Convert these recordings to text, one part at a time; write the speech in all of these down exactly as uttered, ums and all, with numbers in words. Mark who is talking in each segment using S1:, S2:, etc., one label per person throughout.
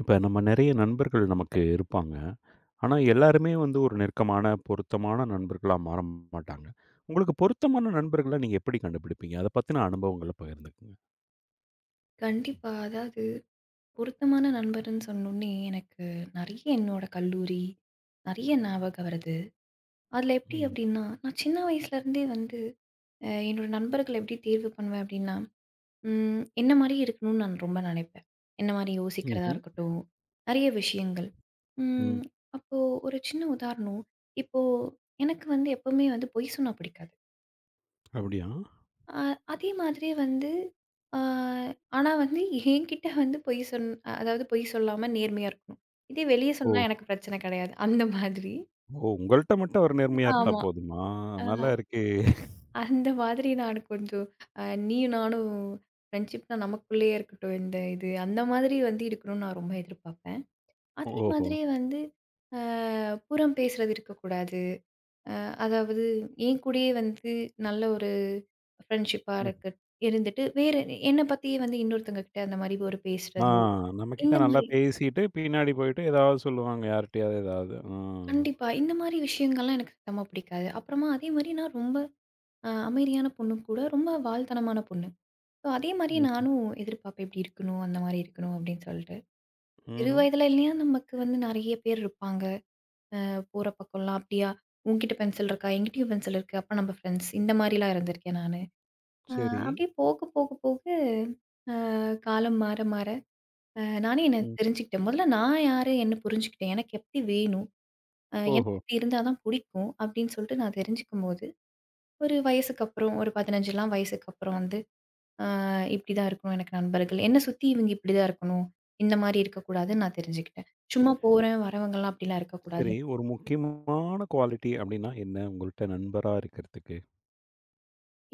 S1: இப்ப நம்ம நெறைய நண்பர்கள் நமக்கு இருப்பாங்க. ஆனா, எல்லாருமே வந்து ஒரு நெருக்கமான, பொருத்தமான நண்பர்களா மாற மாட்டாங்க. உங்களுக்கு பொருத்தமான நண்பர்கள நீங்க எப்படி கண்டுபிடிப்பீங்க? அத பத்தின அனுபவங்கள பகிர்ந்துக்கங்க.
S2: கண்டிப்பா. அதாவது பொருத்தமான நண்பர்ன்னு சொன்னோனே, எனக்கு நெறைய என்னோட கல்லூரி, நெறைய ஞாபகம் வருது. அதில எப்டி
S1: ம்.
S2: அப்டின்னா, நான் சின்ன வயசுலேருந்தே வந்து அ என்னோட நண்பர்கள எப்டி தேர்வு பண்ணுவேன் அப்டின்னா, ம் என்ன மாரியே இருக்கணும்னு நான் ரொம்ப நெனைப்பேன். என்ன மாரி யோசிக்கிறதா
S1: ம்ஹ்ம்.
S2: இருக்கட்டும், நெறைய விஷயங்கள்.
S1: ம்.
S2: ம் அப்போ ஒரு சின்ன உதாரணம். இப்போ எனக்கு வந்து எப்பவுமே வந்து பொய் சொன்னா பிடிக்காது.
S1: அப்படியா?
S2: அ அதே மாதிரியே வந்து அ ஆனா வந்து என்கிட்ட வந்து பொய் சொன் அதாவது பொய் சொல்லாம நேர்மையா இருக்கணும். இதே வெளிய
S1: ஓ!
S2: சொன்னா எனக்கு பிரச்சனை கிடையாது. அந்த மாதிரி.
S1: ஓ! உங்கள்ட்ட மட்டும் அவர் நேர்மையா இருந்தா
S2: ஆமா.
S1: போதுமா?
S2: அ
S1: நல்லா இருக்கே!
S2: அந்த மாதிரி நான் கொஞ்சம் அ நீயும் நானும் ஃப்ரெண்ட்ஷிப்னா நமக்குள்ளேயே இருக்கட்டும். இந்த இது அந்த மாதிரி வந்து இருக்கணும்னு நான் ரொம்ப எதிர்பார்ப்பேன். அதே
S1: ஓஹோ!
S2: மாதிரியே வந்து அ புறம் பேசுறது இருக்கக்கூடாது. அ அதாவது என் கூடயே வந்து நல்ல ஒரு ஃப்ரெண்ட்ஷிப்பா
S1: ம்.
S2: இருக்கு இருந்துட்டு, வேற என்ன பத்தியே வந்து இன்னொருத்தவங்க கிட்ட அந்த மாரி ஒரு
S1: ஆ.
S2: பேசுறது,
S1: நம்மகிட்ட
S2: இந்த
S1: நல்லா
S2: மாரி
S1: பேசிட்டு, பின்னாடி போயிட்டு ஏதாவது சொல்லுவாங்க. யார்ட்டயாவது ஏதாவது. ஆ.
S2: கண்டிப்பா. இந்த மாரி விஷயங்கள்லாம் எனக்கு சுத்தமா பிடிக்காது. அப்புறமா அதே மாரி நான் ரொம்ப அ அமைதியான பொண்ணு கூட, ரொம்ப வால்தனமான பொண்ணு. ஸோ அதே மாரி
S1: ம்ஹ்ம்.
S2: நானும் எதிர்பார்ப்பேன், இப்படி இருக்கணும், அந்த மாரி இருக்கணும் அப்படின்னு சொல்லிட்டு. சிறு
S1: ம்ஹ்ம்.
S2: வயதில இல்லையா நமக்கு வந்து நெறைய பேர் இருப்பாங்க. அஹ், போற பக்கம்லாம் அப்படியா, உன்கிட்ட பென்சில் இருக்கா? என்கிட்டயும் பென்சில் இருக்கு. அப்ப நம்ம ஃப்ரெண்ட்ஸ். இந்த மாரிலாம் இருந்திருக்கேன் நானு. அ
S1: சரி.
S2: அப்படியே போக, போக, போக அ காலம் மாற, மாற அ நானே என்ன
S1: ம்.
S2: தெரிஞ்சுக்கிட்டேன். முதல்ல நான் யாரு என்ன புரிஞ்சுக்கிட்டேன். எனக்கு எப்படி வேணும்? அ எனக்கு
S1: ஓஹோ!
S2: இப்படி இருந்தா தான் பிடிக்கும் அப்படின்னு சொல்லிட்டு நான் தெரிஞ்சுக்கும்போது, ஒரு வயசுக்கு அப்புறம் ஒரு பதினைஞ்சுலாம் வயசுக்கு அப்புறம் வந்து, அ இப்படி தான் இருக்கணும் எனக்கு நண்பர்கள். என்னை சுத்தி இவங்க இப்படி தான் இருக்கணும். இந்த மாரி இருக்கக்கூடாதுன்னு நான் தெரிஞ்சுக்கிட்டேன். சும்மா போறேன் வரவங்கலாம் அப்படிலாம் இருக்கக்கூடாது.
S1: சரி. ஒரு முக்கியமான குவாலிட்டி அப்டின்னா என்ன? உங்கள்ட்ட நண்பரா இருக்கிறதுக்கு?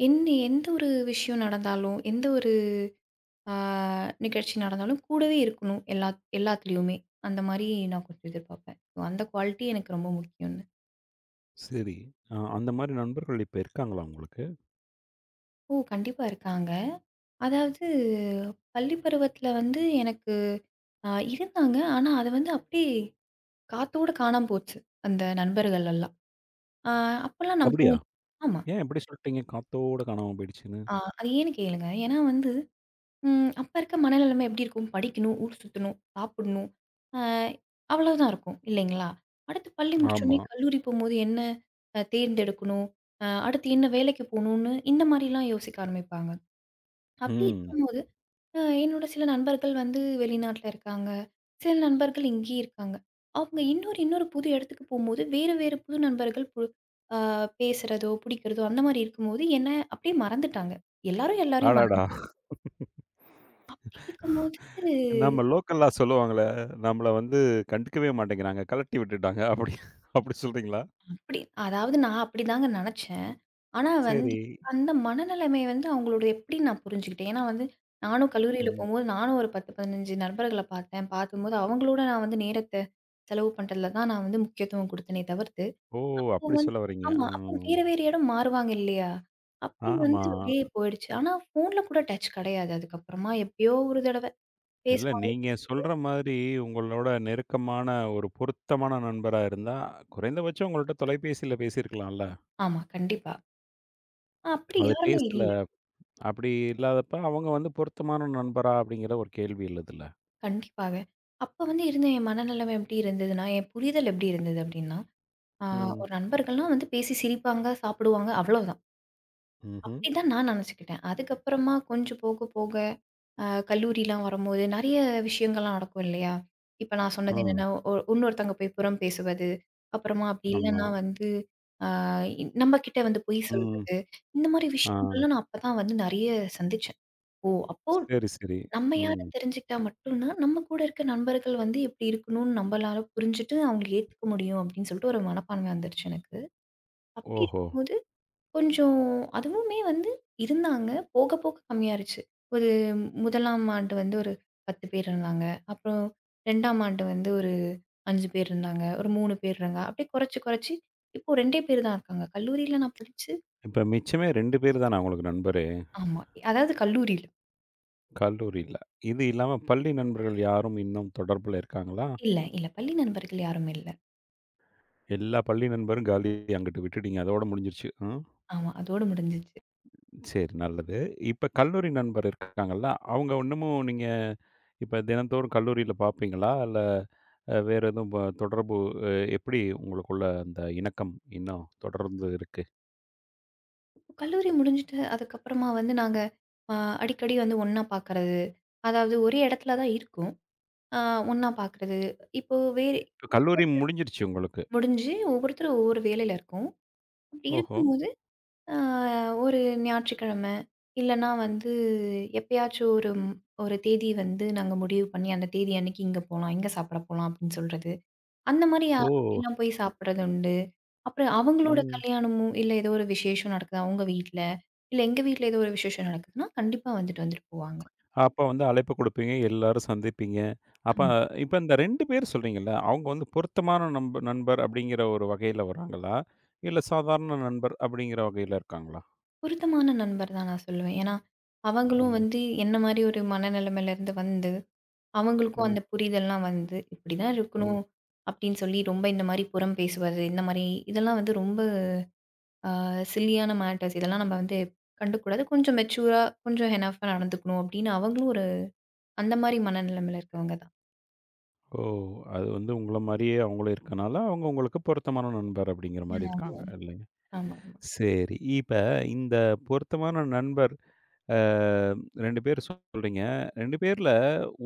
S2: என்ன எந்த ஒரு விஷயம் நடந்தாலும், எந்த ஒரு ஆ நிகழ்ச்சி நடந்தாலும் கூடவே இருக்கணும். எல்லா எல்லாத்துலயுமே. அந்த மாரி நான் கொஞ்சம் எதிர்பார்ப்பேன். ஸோ அந்த குவாலிட்டி எனக்கு ரொம்ப முக்கியம்னு.
S1: சரி. அ அந்த மாரி நண்பர்கள் இப்ப இருக்காங்களா உங்களுக்கு?
S2: ஓ! கண்டிப்பா இருக்காங்க. அதாவது பள்ளி பருவத்தில வந்து எனக்கு அ இருந்தாங்க. ஆனா அது வந்து அப்படியே காத்தோட காணாம போச்சு. அந்த நண்பர்கள் எல்லாம். ஆ அப்பலாம்
S1: அப்டியா?
S2: நம்பவும் ஆமா.
S1: ஏன் இப்டி சொல்ட்டீங்க? காத்தோட காணாம போயிடுச்சுன்னு.
S2: ஆ அது ஏன்னு கேளுங்க. ஏன்னா வந்து ம். அப்ப இருக்க மனநிலைமை எப்படி இருக்கும்? படிக்கணும், ஊர் சுத்தணும், சாப்பிடணும். அ அவ்வளவுதான் இருக்கும் இல்லைங்களா? அடுத்து பள்ளி முடிச்சோனே
S1: ஆமா.
S2: கல்லூரி போம்போது என்ன அ தேர்ந்தெடுக்கணும்? அ அடுத்து என்ன வேலைக்கு போணும்னு இந்த மாரிலாம் யோசிக்க ஆரம்பிப்பாங்க. அப்படி
S1: ம்.
S2: இருக்கும்போது அ என்னோட சில நண்பர்கள் வந்து வெளிநாட்ல இருக்காங்க. சில நண்பர்கள் இங்கேயே இருக்காங்க. அவங்க இன்னொரு இன்னொரு புது இடத்துக்கு போம்போது வேறு வேறு புது நண்பர்கள் பு அ பேசுறதோ, பிடிக்கிறதோ அந்த மாரி இருக்கும்போது என்ன அப்படியே மறந்துட்டாங்க. எல்லாரும் எல்லாரையும்
S1: அடடா!
S2: மறந்து அப்படி இருக்கும்போது
S1: நம்ம லோக்கல்லா சொல்லுவாங்களே, நம்மள வந்து கண்டுக்கவே மாட்டேங்கிறாங்க. கழட்டி விட்டுட்டாங்க. அப்டி அப்டி சொல்றீங்களா?
S2: அப்படி அதாவது நான் அப்படிதாங்க நெனச்சேன். ஆனா ம். வந்து
S1: சரி.
S2: அந்த மனநிலைமைய வந்து அவங்களோடது எப்படி நான் புரிஞ்சுக்கிட்டேன். ஏன்னா வந்து நானும் கல்லூரியில
S1: ம்.
S2: போம்போது, நானும் ஒரு பத்து, பதினைஞ்சு நண்பர்கள பார்த்தேன். பார்க்கும்போது அவங்களோட நான் வந்து நேரத்த செலவு பண்றதுல தான் நான் வந்து முக்கியத்துவம் குடுத்தேனே தவிர்த்து,
S1: ஓ!
S2: அப்போ
S1: அப்டி
S2: வந்து
S1: சொல்ல வர்றீங்க.
S2: ஆமா. அப்போ
S1: ம்.
S2: வேற வேற இடம் மாறுவாங்க இல்லையா? அப்படி
S1: ஆமா.
S2: வந்து அப்படியே போயிடுச்சு. ஆனா ஃபோன்ல கூட டச் கெடையாது. அதுக்கப்புறமா எப்பயோ ஒரு தடவ
S1: இல்ல,
S2: பேசுவாங்க.
S1: நீங்க சொல்ற மாதிரி உங்களோட நெருக்கமான ஒரு பொருத்தமான நண்பரா இருந்தா, குறைந்தபட்சம் உங்கள்ட்ட தொலைபேசியில பேசியிருக்கலாம்ல.
S2: ஆமா, கண்டிப்பா. ஆஹ் அப்படி
S1: அது
S2: யாருமே
S1: பேசல.
S2: இல்ல.
S1: அப்படி இல்லாதப்ப அவங்க வந்து பொருத்தமான நண்பரா அப்படிங்கிற ஒரு கேள்வி எழுதுல.
S2: கண்டிப்பாங்க. அப்ப வந்து இருந்த என் மனநிலைமை எப்படி இருந்ததுன்னா, என் புரிதல் எப்படி இருந்தது அப்படின்னா, ஆ
S1: ம்.
S2: ஒரு நண்பர்கள்னா வந்து பேசி சிரிப்பாங்க, சாப்பிடுவாங்க அவ்வளோதான்.
S1: ம்ஹ்ம்.
S2: அப்படிதான் நான் நெனச்சுக்கிட்டேன். அதுக்கப்புறமா கொஞ்சம் போக போக அ கல்லூரிலாம் வரும்போது நெறைய விஷயங்கள்லாம் நடக்கும் இல்லையா? இப்ப நான் சொன்னது
S1: ஆ.
S2: என்னன்னா, ஒ இன்னொருத்தங்க போய் புறம் பேசுவது, அப்புறமா அப்படி
S1: ஆமா.
S2: இல்லன்னா வந்து ஆ நம்ம கிட்ட வந்து பொய்
S1: ம்.
S2: சொல்றது, இந்த மாரி
S1: ஆ.
S2: விஷயங்கள்லாம் நான் அப்பதான் வந்து நெறைய சந்திச்சேன். ஓ! அப்போ
S1: சரி, சரி.
S2: நம்ம
S1: ம்.
S2: யாருன்னு தெரிஞ்சுக்கிட்டா மட்டும் தான், நம்ம கூட இருக்க நண்பர்கள் வந்து எப்படி இருக்கணும்னு நம்மளால புரிஞ்சுட்டு அவங்கள ஏத்துக்க முடியும் அப்படின்னு சொல்லிட்டு ஒரு மனப்பான்மை வந்துருச்சு எனக்கு. அப்படி
S1: ஓஹோ!
S2: இருக்கும்போது கொஞ்சம் அதுவுமே வந்து இருந்தாங்க. போக போக கம்மியாயிருச்சு. ஒரு முதலாம் ஆண்டு வந்து ஒரு பத்து பேர் இருந்தாங்க. அப்புறம் இரண்டாம் ஆண்டு வந்து ஒரு அஞ்சு பேர் இருந்தாங்க. ஒரு மூணு பேர் இருந்தாங்க. அப்படியே குறைச்சு குறைச்சு இப்போ 2டே பேர் தான் இருக்காங்க. கல்லூரியில நான் படிச்சு
S1: இப்ப மிச்சமே ரெண்டு பேர் தானா உங்களுக்கு நண்பரு?
S2: ஆமா. அதாவது கல்லூரியில.
S1: கல்லூரியில. இது இல்லாம பள்ளி நண்பர்கள் யாரும் இன்னும் தொடர்புல இருக்காங்களா?
S2: இல்ல, இல்ல. பள்ளி நண்பர்கள் யாரும் இல்ல.
S1: எல்லா பள்ளி நண்பரும் காலி அங்கிட்டு விட்டுட்டீங்க. அதோட முடிஞ்சிருச்சு. ஆ.
S2: ஆமா. அதோட முடிஞ்சுச்சு.
S1: சரி, நல்லது. இப்ப கல்லூரி நண்பர் இருக்காங்கல்ல, அவங்க இன்னமும் நீங்க இப்ப தினந்தோறும் கல்லூரியில பார்ப்பீங்களா? இல்ல அ வேற எதுவும் ப தொடர்பு அ எப்படி உங்களுக்குள்ள அந்த இணக்கம் இன்னும் தொடர்ந்து இருக்கு?
S2: கல்லூரி முடிஞ்சுட்டு அதுக்கப்புறமா வந்து நாங்க அ அடிக்கடி வந்து ஒண்ணா பார்க்கறது. அதாவது ஒரே இடத்துல தான் இருக்கோம். அ ஒண்ணா பார்க்கறது. இப்போ வேலை
S1: இப்ப கல்லூரி முடிஞ்சிருச்சு உங்களுக்கு.
S2: முடிஞ்சு ஒவ்வொருத்தரும் ஒவ்வொரு வேலையில இருக்கோம். அப்படி
S1: ஓஹோ!
S2: இருக்கும்போது அ ஒரு ஞாயிற்றுக்கிழமை இல்லன்னா வந்து எப்பயாச்சும் ஒரு ஒரு தேதி வந்து நாங்க முடிவு பண்ணி அந்த தேதி அன்னைக்கு இங்க போலாம், இங்க சாப்பிட போலாம் அப்படின்னு சொல்றது. அந்த மாரி அ
S1: ஓ!
S2: அப்படிலாம் போய் சாப்பிடுறது உண்டு. அப்புறம் அவங்களோட
S1: ம்.
S2: கல்யாணமும், இல்ல ஏதோ ஒரு விசேஷம் நடக்குது அவங்க வீட்ல, இல்ல எங்க வீட்ல ஏதோ ஒரு விசேஷம் நடக்குதுன்னா, கண்டிப்பா வந்துட்டு வந்துட்டு போவாங்க.
S1: அப்ப வந்து அழைப்பு குடுப்பீங்க, எல்லாரும் சந்திப்பீங்க. அப்ப
S2: ஆமா.
S1: இப்ப இந்த ரெண்டு பேர் சொல்றீங்கல்ல, அவங்க வந்து பொருத்தமான நம்ப நண்பர் அப்படிங்கிற ஒரு வகையில வராங்களா? இல்ல சாதாரண நண்பர் அப்படிங்கிற வகையில இருக்காங்களா?
S2: பொருத்தமான நண்பர் தான் நான் சொல்லுவேன். ஏன்னா, அவங்களும்
S1: ம்,
S2: வந்து என்ன மாரி ஒரு மனநிலைமையிலேருந்து வந்து, அவங்களுக்கும்
S1: ம்,
S2: அந்த புரிதல்லாம் வந்து, இப்படிதான்
S1: ம்.
S2: இருக்கணும் அப்படின்னு சொல்லி ரொம்ப இந்த மாரி புறம் பேசுவது, இந்த மாரி இதெல்லாம் வந்து ரொம்ப அ சில்லியான மேட்டர்ஸ் இதெல்லாம் நம்ம வந்து கண்டுக்கக்கூடாது. கொஞ்சம் மெச்சூரா, கொஞ்சம் எனஃப்பா நடந்துக்கணும் அப்படின்னு அவங்களும் ஒரு அந்த மாரி மனநிலைமையில இருக்கவங்க தான்.
S1: ஓ! அது வந்து உங்கள மாரியே அவங்களும் இருக்கனால, அவங்க உங்களுக்கு பொருத்தமான நண்பர் அப்படிங்கிற மாரி
S2: ஆமா,
S1: இருக்காங்க. இல்லைங்க.
S2: ஆமாமா.
S1: சரி. இப்ப இந்த பொருத்தமான நண்பர் அ ரெண்டு பேர் சொல்றீங்க. ரெண்டு பேர்ல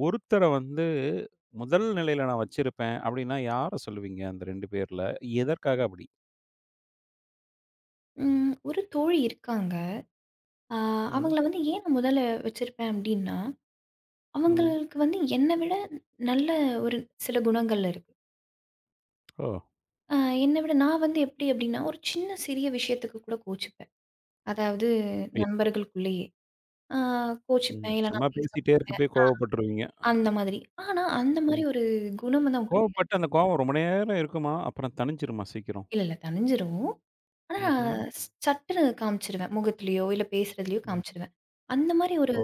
S1: ஒருத்தர வந்து முதல் நிலையில நான் வச்சிருப்பேன் அப்படின்னா யார சொல்லுவீங்க? அந்த ரெண்டு பேர்ல. எதற்காக அப்படி?
S2: ம். ஒரு தோழி இருக்காங்க. ஆ
S1: ம்.
S2: அவங்கள வந்து ஏன் நான் முதல்ல வச்சிருப்பேன் அப்டின்னா,
S1: ம்.
S2: அவங்களுக்கு வந்து என்ன விட நல்ல ஒரு சில குணங்கள் இருக்கு.
S1: ஓ!
S2: அ என்ன விட நான் வந்து எப்டி அப்டின்னா, ஒரு சின்ன சிறிய விஷயத்துக்கு கூட கோச்சுப்பேன். அதாவது
S1: அப்படியா?
S2: நண்பர்களுக்குள்ளேயே. ஆ
S1: ம்.
S2: கோச்சுப்பேன், இல்ல
S1: சும்மா
S2: நான் பேச
S1: பேசிட்டே இருக்கப்பயே கோவப்பட்டுருவீங்க.
S2: அந்த மாதிரி. ஆனா, அந்த மாரி
S1: ம்.
S2: ஒரு குணம் வந்து அவங்களுக்கு
S1: கோவப்பட்டு அந்த கோவம் ரொம்ப நேரம் இருக்குமா? அப்புறம் தணிஞ்சிருமா சீக்கிரம்?
S2: இல்ல இல்ல தணிஞ்சிரும். ஆனா,
S1: ம்ஹ்ம்.
S2: சட்டுன்னு காமிச்சுருவேன். முகத்திலயோ, இல்ல பேசுறதுலயோ
S1: ம்.
S2: காமிச்சுருவேன். அந்த மாரி ஒரு
S1: ஓ!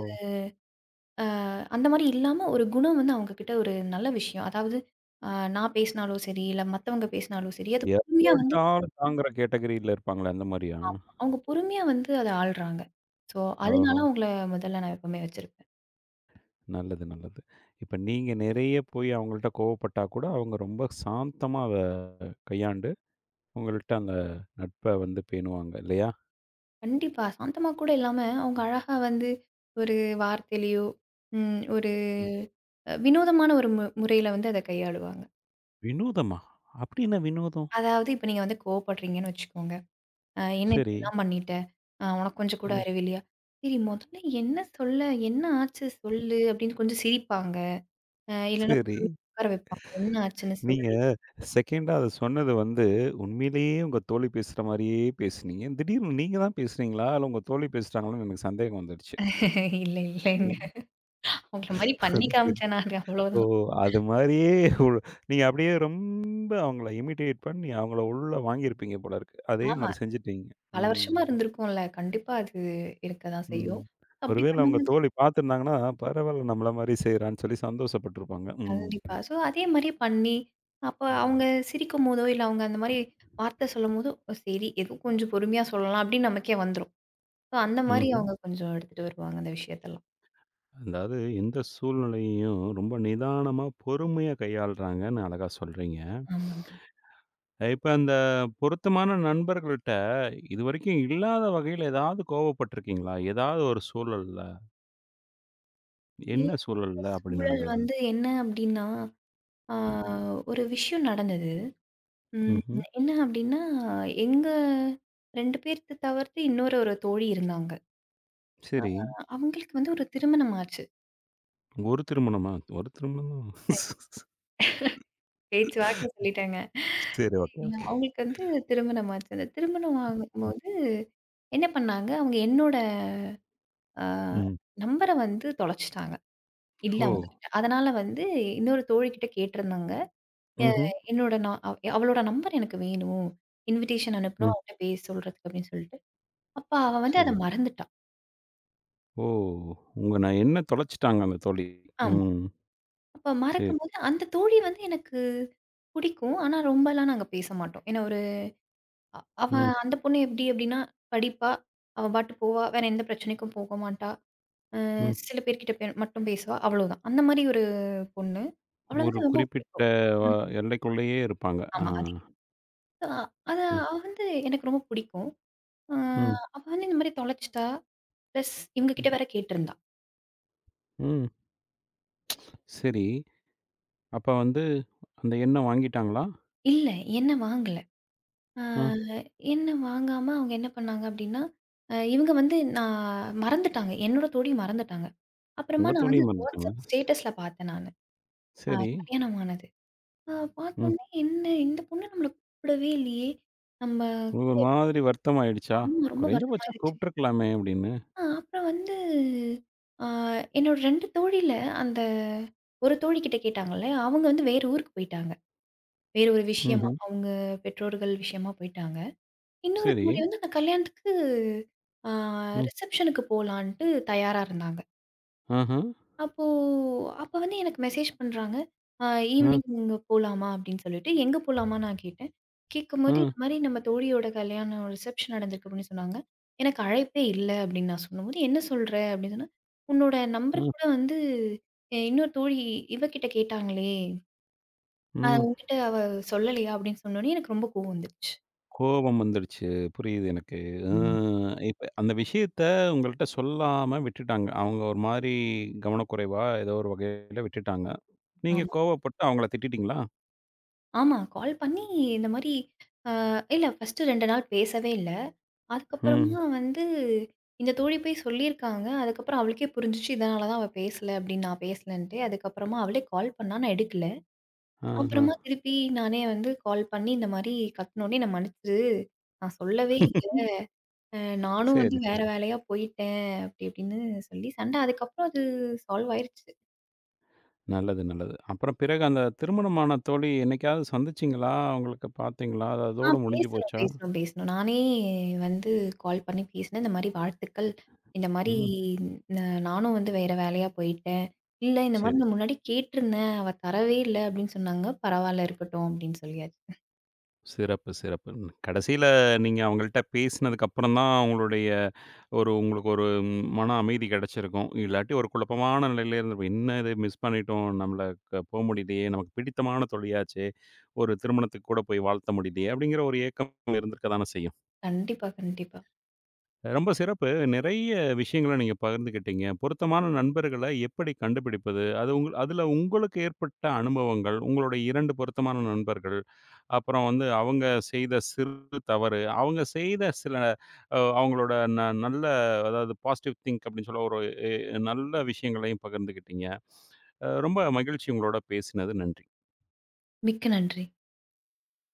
S2: அந்த மாரி இல்லாம ஒரு குணம் வந்து அவங்க கிட்ட ஒரு நல்ல விஷயம். அதாவது அ நான் பேசினாலோ சரி, இல்ல மத்தவங்க பேசினாலும் சரி, அது
S1: எப்ப
S2: பொறுமையா வந்து
S1: அடிச்சாலும் தாங்குற கேட்டகரில இருப்பாங்களே, அந்த மாரியா?
S2: அவங்க பொறுமையா வந்து அத ஆள்றாங்க. ஸோ அதனால
S1: ஓஹோ!
S2: அவங்கள முதல்ல நான் எப்பவுமே வச்சிருப்பேன்.
S1: நல்லது, நல்லது. இப்ப நீங்க நிறைய போய் அவங்கள்ட்ட கோவப்பட்டா கூட, அவங்க ரொம்ப சாந்தமா அத கையாண்டு, உங்கள்ட்ட அந்த நட்ப வந்து பேணுவாங்க இல்லையா?
S2: கண்டிப்பா. சாந்தமா கூட இல்லாம அவங்க அழகா வந்து ஒரு வார்த்தையிலயோ, ம் ஒரு
S1: ம்.
S2: அ வினோதமான ஒரு மு முறையில வந்து அத கையாளுவாங்க.
S1: வினோதமா? அப்படி என்ன வினோதம்?
S2: அதாவது இப்ப நீங்க வந்து கோவப்படுறீங்கன்னு வச்சுக்கோங்க. அ "என்ன
S1: சரி.
S2: இப்படிலாம் பண்ணிட்ட? அ உனக்கு கொஞ்சம் கூட
S1: ம்.
S2: அறிவில்லையா?" "சரி முதல்ல என்ன சொல்ல? என்ன ஆச்சு சொல்லு?" அப்படின்னு கொஞ்சம் சிரிப்பாங்க. அ இல்லன்னா
S1: சரி.
S2: உட்கார வைப்பாங்க. "என்ன ஆச்சுன்னு
S1: நீங்க
S2: சொல்லு."
S1: 2டா அத சொன்னது வந்து, உண்மையிலேயே உங்க தோழி பேசுற மாரியே பேசுனீங்க. திடீர்னு நீங்க தான் பேசுறீங்களா? இல்ல உங்க தோழி பேசுறாங்களான்னு எனக்கு சந்தேகம் வந்துடுச்சு.
S2: "இல்ல, இல்லங்க.
S1: ம்.
S2: உங்கள மாரி பண்ணி
S1: அது சரி.
S2: காமிச்சேன் நானு
S1: ஓ!
S2: அவ்வளோதான்."
S1: அது மாரியே ஒரு நீங்க அப்படியே ரொம்ப அவங்கள இமிட்டேட் பண்ணி, அவங்கள உள்ள வாங்கியிருப்பீங்க போல இருக்கு. அதே
S2: ஆமா.
S1: மாரி செஞ்சுட்டீங்க.
S2: பல
S1: ம்.
S2: வருஷமா இருந்திருக்கும்ல. கண்டிப்பா அது இருக்க தான்
S1: ம்.
S2: செய்யும். அப்படி
S1: ஒருவேள அவங்க
S2: பண்ணும்போது
S1: தோழி பார்த்துருந்தாங்கன்னா, பரவால்ல நம்மள மாரி செய்றான்னு சொல்லி சந்தோஷப்பட்டுருப்பாங்க. ம்.
S2: கண்டிப்பா. ஸோ, அதே மாரி பண்ணி, அப்ப
S1: ம்.
S2: அவங்க சிரிக்கும்போதோ, இல்ல அவங்க அந்த மாரி வார்த்தை சொல்லும்போதோ, "ஓ சரி, ஏதோ கொஞ்சம் பொறுமையா சொல்லலாம்." அப்படின்னு நமக்கே வந்துரும். ஸோ, அந்த மாரி
S1: ம்ஹ்ம்.
S2: அவங்க கொஞ்சம் எடுத்துட்டு வருவாங்க அந்த விஷயத்தெல்லாம்.
S1: அதாவது எந்த சூழ்நிலையையும் ரொம்ப நிதானமா, பொறுமையா கையாள்றாங்கன்னு அழகா சொல்றீங்க.
S2: ஆமாங்க.
S1: இப்ப அந்த பொருத்தமான நண்பர்கள்ட்ட இதுவரைக்கும் இல்லாத வகையில ஏதாவது கோவப்பட்டுருக்கீங்களா? ஏதாவது ஒரு சூழல்ல? என்ன
S2: இந்த
S1: சூழல்ல அப்படி
S2: சூழல்
S1: நடந்தது?
S2: வந்து என்ன அப்படின்னா, ஆ
S1: ம்.
S2: ஒரு விஷயம் நடந்தது. ம்.
S1: ம்ஹ்ம்.
S2: என்ன அப்டின்னா, எங்க ரெண்டு பேர்த்த தவிர்த்து இன்னொரு ஒரு தோழி இருந்தாங்க.
S1: சரி.
S2: அவங்களுக்கு வந்து ஒரு திருமணம் ஆச்சு.
S1: ஒரு திருமணமா? ஒரு திருமணம் தான்.
S2: அ பேச்சு வாக்குல சொல்லிட்டேங்க.
S1: சரி. ஓகே,
S2: சரிங்க.
S1: ஓகே.
S2: அவங்களுக்கு வந்து திருமணம் ஆச்சு. அந்த திருமணம்
S1: ம்.
S2: ஆகும்போது என்ன பண்ணாங்க, அவங்க என்னோட அ
S1: ம்.
S2: நம்பர வந்து தொலைச்சுட்டாங்க. இல்ல
S1: ஓ!
S2: அவங்ககிட்ட. அதனால வந்து இன்னொரு தோழிகிட்ட கேட்டிருந்தாங்க. எ
S1: ம்ஹ்ம்.
S2: என்னோட நா அவ- அவளோட நம்பர் எனக்கு வேணும். இன்விடேஷன்
S1: ம்.
S2: அனுப்பணும். அவள்ட்ட பேச சொல்றதுக்கு அப்டின்னு சொல்லிட்டு. அப்ப அவ வந்து அத
S1: சரி.
S2: மறந்துட்டா.
S1: ஓ! உங்க நான் எண்ண தொலைச்சுட்டாங்க அந்த தோழி. ம்.
S2: அப்ப
S1: சரி.
S2: மறக்கும்போது அந்த தோழி வந்து எனக்கு புடிக்கும். ஆனா, ரொம்பலாம் நாங்க பேச மாட்டோம். ஏன்னா, ஒரு அ அவ
S1: ம்.
S2: அந்த பொண்ணு எப்டி அப்டின்னா, படிப்பா, அவ பாட்டு போவா, வேற எந்த பிரச்சனைக்கும் போக மாட்டா. அ
S1: ம்.
S2: சில பேர்கிட்ட பே மட்டும் பேசுவா, அவ்வளோதான். அந்த மாரி ஒரு பொண்ணு. அவள
S1: ஒரு
S2: வந்து ரொம்ப
S1: குறிப்பிட்ட
S2: புடிக்கும்.
S1: வ
S2: ம்.
S1: எல்லைக்குள்ளேயே இருப்பாங்க. ஆ.
S2: ஆமா, அதே தான். அ அத
S1: ம்.
S2: அவ வந்து எனக்கு ரொம்ப புடிக்கும். அ
S1: ம்.
S2: அவ வந்து இந்த மாரி தொலைச்சுட்டா, பிளஸ் இவங்க கிட்ட வேற கேட்டிருந்தா.
S1: ம். சரி. அப்ப வந்து அந்த எண்ணம் வாங்கிட்டாங்களா?
S2: "இல்ல, என்ன வாங்கல. ஆ
S1: ஆ.
S2: என்ன வாங்காம அவங்க என்ன பண்ணாங்க அப்படின்னா, அ இவங்க வந்து நான் மறந்துட்டாங்க. என்னோட தோழி மறந்துட்டாங்க. அப்புறமா
S1: உங்க
S2: நான்
S1: தோழிய
S2: வந்து
S1: மறந்துட்டாங்களா?
S2: WhatsApp ஸ்டேட்டஸ்ல பார்த்தேன் நானு. அ
S1: சரி.
S2: கல்யாணம் ஆனது. அ
S1: ம்.
S2: பார்த்தோனே என்ன இந்த பொண்ணு நம்மள கூப்பிடவே இல்லையே! நம்ம
S1: உங்களுக்கு
S2: கூட
S1: ஒரு
S2: எப்படி-
S1: மாதிரி வருத்தம் ஆயிடுச்சா?
S2: ஆமா ரொம்ப
S1: குறைந்தபட்சம்
S2: வருத்தமாயிருச்சு.
S1: கூப்பிட்டுருக்கலாமே! அப்படின்னு.
S2: அ அப்புறம் வந்து அ என்னோட ரெண்டு தோழில அந்த ஒரு தோழி கிட்ட கேட்டாங்கல்ல, அவங்க வந்து வேற ஊருக்கு போயிட்டாங்க. வேற ஒரு விஷயமா,
S1: ம்ஹ்ம்.
S2: அவங்க பெற்றோர்கள் விஷயமா போயிட்டாங்க. இன்னொரு
S1: சரி.
S2: தோழி வந்து அந்த கல்யாணத்துக்கு ஆ
S1: ம்.
S2: ரிசப்ஷனுக்கு போலான்ட்டு தயாரா இருந்தாங்க.
S1: ஆஹா.
S2: அப்போ அப்ப வந்து எனக்கு மெசேஜ் பண்றாங்க. அ
S1: அ,
S2: "ஈவ்னிங் இங்க போலாமா?" அப்படின்னு சொல்லிட்டு. "எங்க போலாமான்னு?" நான் கேட்டேன்.
S1: அ,
S2: கேட்கும்போது, "இந்த மாரி நம்ம தோழியோட கல்யாணம் ரிசப்ஷன் நடந்திருக்கு" அப்படின்னு சொன்னாங்க. எனக்கு அழைப்பே இல்ல அப்படின்னு நான் சொல்லும்போது, "என்ன சொல்ற?" அப்படின்னு சொன்னா, "உன்னோட
S1: அ,
S2: நம்பர் கூட வந்து எ இன்னொரு தோழி இவ கிட்ட கேட்டாங்களே, அ
S1: ம்.
S2: உன்கிட்ட அவ சொல்லலையா?" அப்படின்னு சொன்னோனே எனக்கு ரொம்ப கோவம் வந்துருச்சு.
S1: கோபம் வந்துடுச்சு. புரியுது எனக்கு. அ
S2: ம்.
S1: இப்ப அந்த விஷயத்த உங்கள்ட்ட சொல்லாம விட்டுட்டாங்க. அவங்க ஒரு மாரி கவனக்குறைவா ஏதோ ஒரு வகையில விட்டுட்டாங்க. நீங்க
S2: ஆமா.
S1: கோவப்பட்டு அவங்கள திட்டிட்டீங்களா?
S2: ஆமா. கால் பண்ணி இந்த மாரி அ இல்ல ஃபர்ஸ்ட்டு ரெண்டு நாள் பேசவே இல்ல.
S1: ம்.
S2: அதுக்கப்புறமா வந்து இந்த தோழி போய் சொல்லியிருக்காங்க. அதுக்கப்புறம் அவளுக்கே புரிஞ்சுச்சு, இதனால தான் அவ பேசல அப்படின்னு நான் பேசலன்ட்டு. அதுக்கப்புறமா அவளே கால் பண்ணா, நான் எடுக்கல.
S1: ஆஹா.
S2: அப்புறமா திருப்பி நானே வந்து கால் பண்ணி இந்த மாரி கத்துனோனே, "என்ன மன்னிச்சிரு. நான் சொல்லவே இல்ல. அ நானும் வந்து
S1: சரி, சரி.
S2: வேற வேலையா போயிட்டேன்." அப்படி இப்படின்னு சொல்லி சண்டை. அதுக்கப்புறம் அது சால்வ் ஆயிருச்சு.
S1: நல்லது, நல்லது. அப்புறம் பிறகு அந்த திருமணமான தோழி என்னைக்காவது சந்திச்சீங்களா? அவங்களுக்கு பார்த்தீங்களா? அது
S2: ஆ
S1: அதோட முடிஞ்சு
S2: பேசணும்,
S1: போச்சா?
S2: பேசணும், பேசணும். நானே வந்து கால் பண்ணி பேசினேன். இந்த மாரி வாழ்த்துக்கள். இந்த மாரி
S1: ம்.
S2: ந நானும் வந்து வேற வேலையா போயிட்டேன். இல்ல இந்த மாரி
S1: சரி.
S2: நான் முன்னாடி கேட்டிருந்தேன். அவ தரவே இல்ல அப்படின்னு சொன்னாங்க. பரவால்ல இருக்கட்டும் அப்படின்னு சொல்லியாச்சு.
S1: சிறப்பு, சிறப்பு. கடைசியில நீங்க அவங்கள்ட்ட பேசினதுக்கு அப்புறம் தான் உங்களுடைய ஒரு உங்களுக்கு ஒரு ம், மன அமைதி கிடைச்சிருக்கும். இல்லாட்டி ஒரு குழப்பமான நிலையில இருந்திருப்பீங்க. என்ன இது மிஸ் பண்ணிட்டோம். நம்மள க போ முடியலையே. நமக்கு பிடித்தமான தோழியாச்சே. ஒரு திருமணத்துக்கு கூட போய் வாழ்த்த முடியலையே. அப்படிங்கிற ஒரு ஏக்கம் இருந்திருக்க தானே செய்யும்.
S2: கண்டிப்பா, கண்டிப்பா.
S1: ரொம்ப சிறப்பு. நிறைய விஷயங்கள நீங்க பகிர்ந்துக்கிட்டீங்க. பொருத்தமான நண்பர்கள எப்படி கண்டுபிடிப்பது? அது உங்க அதுல உங்களுக்கு ஏற்பட்ட அனுபவங்கள், உங்களுடைய இரண்டு பொருத்தமான நண்பர்கள், அப்புறம் வந்து அவங்க செய்த சிறு தவறு, அவங்க செய்த சில அ அவங்களோட ந நல்ல அதாவது பாசிட்டிவ் திங்க் அப்படின்னு சொல்ல ஒரு எ நல்ல விஷயங்களையும் பகிர்ந்துக்கிட்டீங்க. அ ரொம்ப மகிழ்ச்சி உங்களோட பேசினது. நன்றி.
S2: மிக்க நன்றி.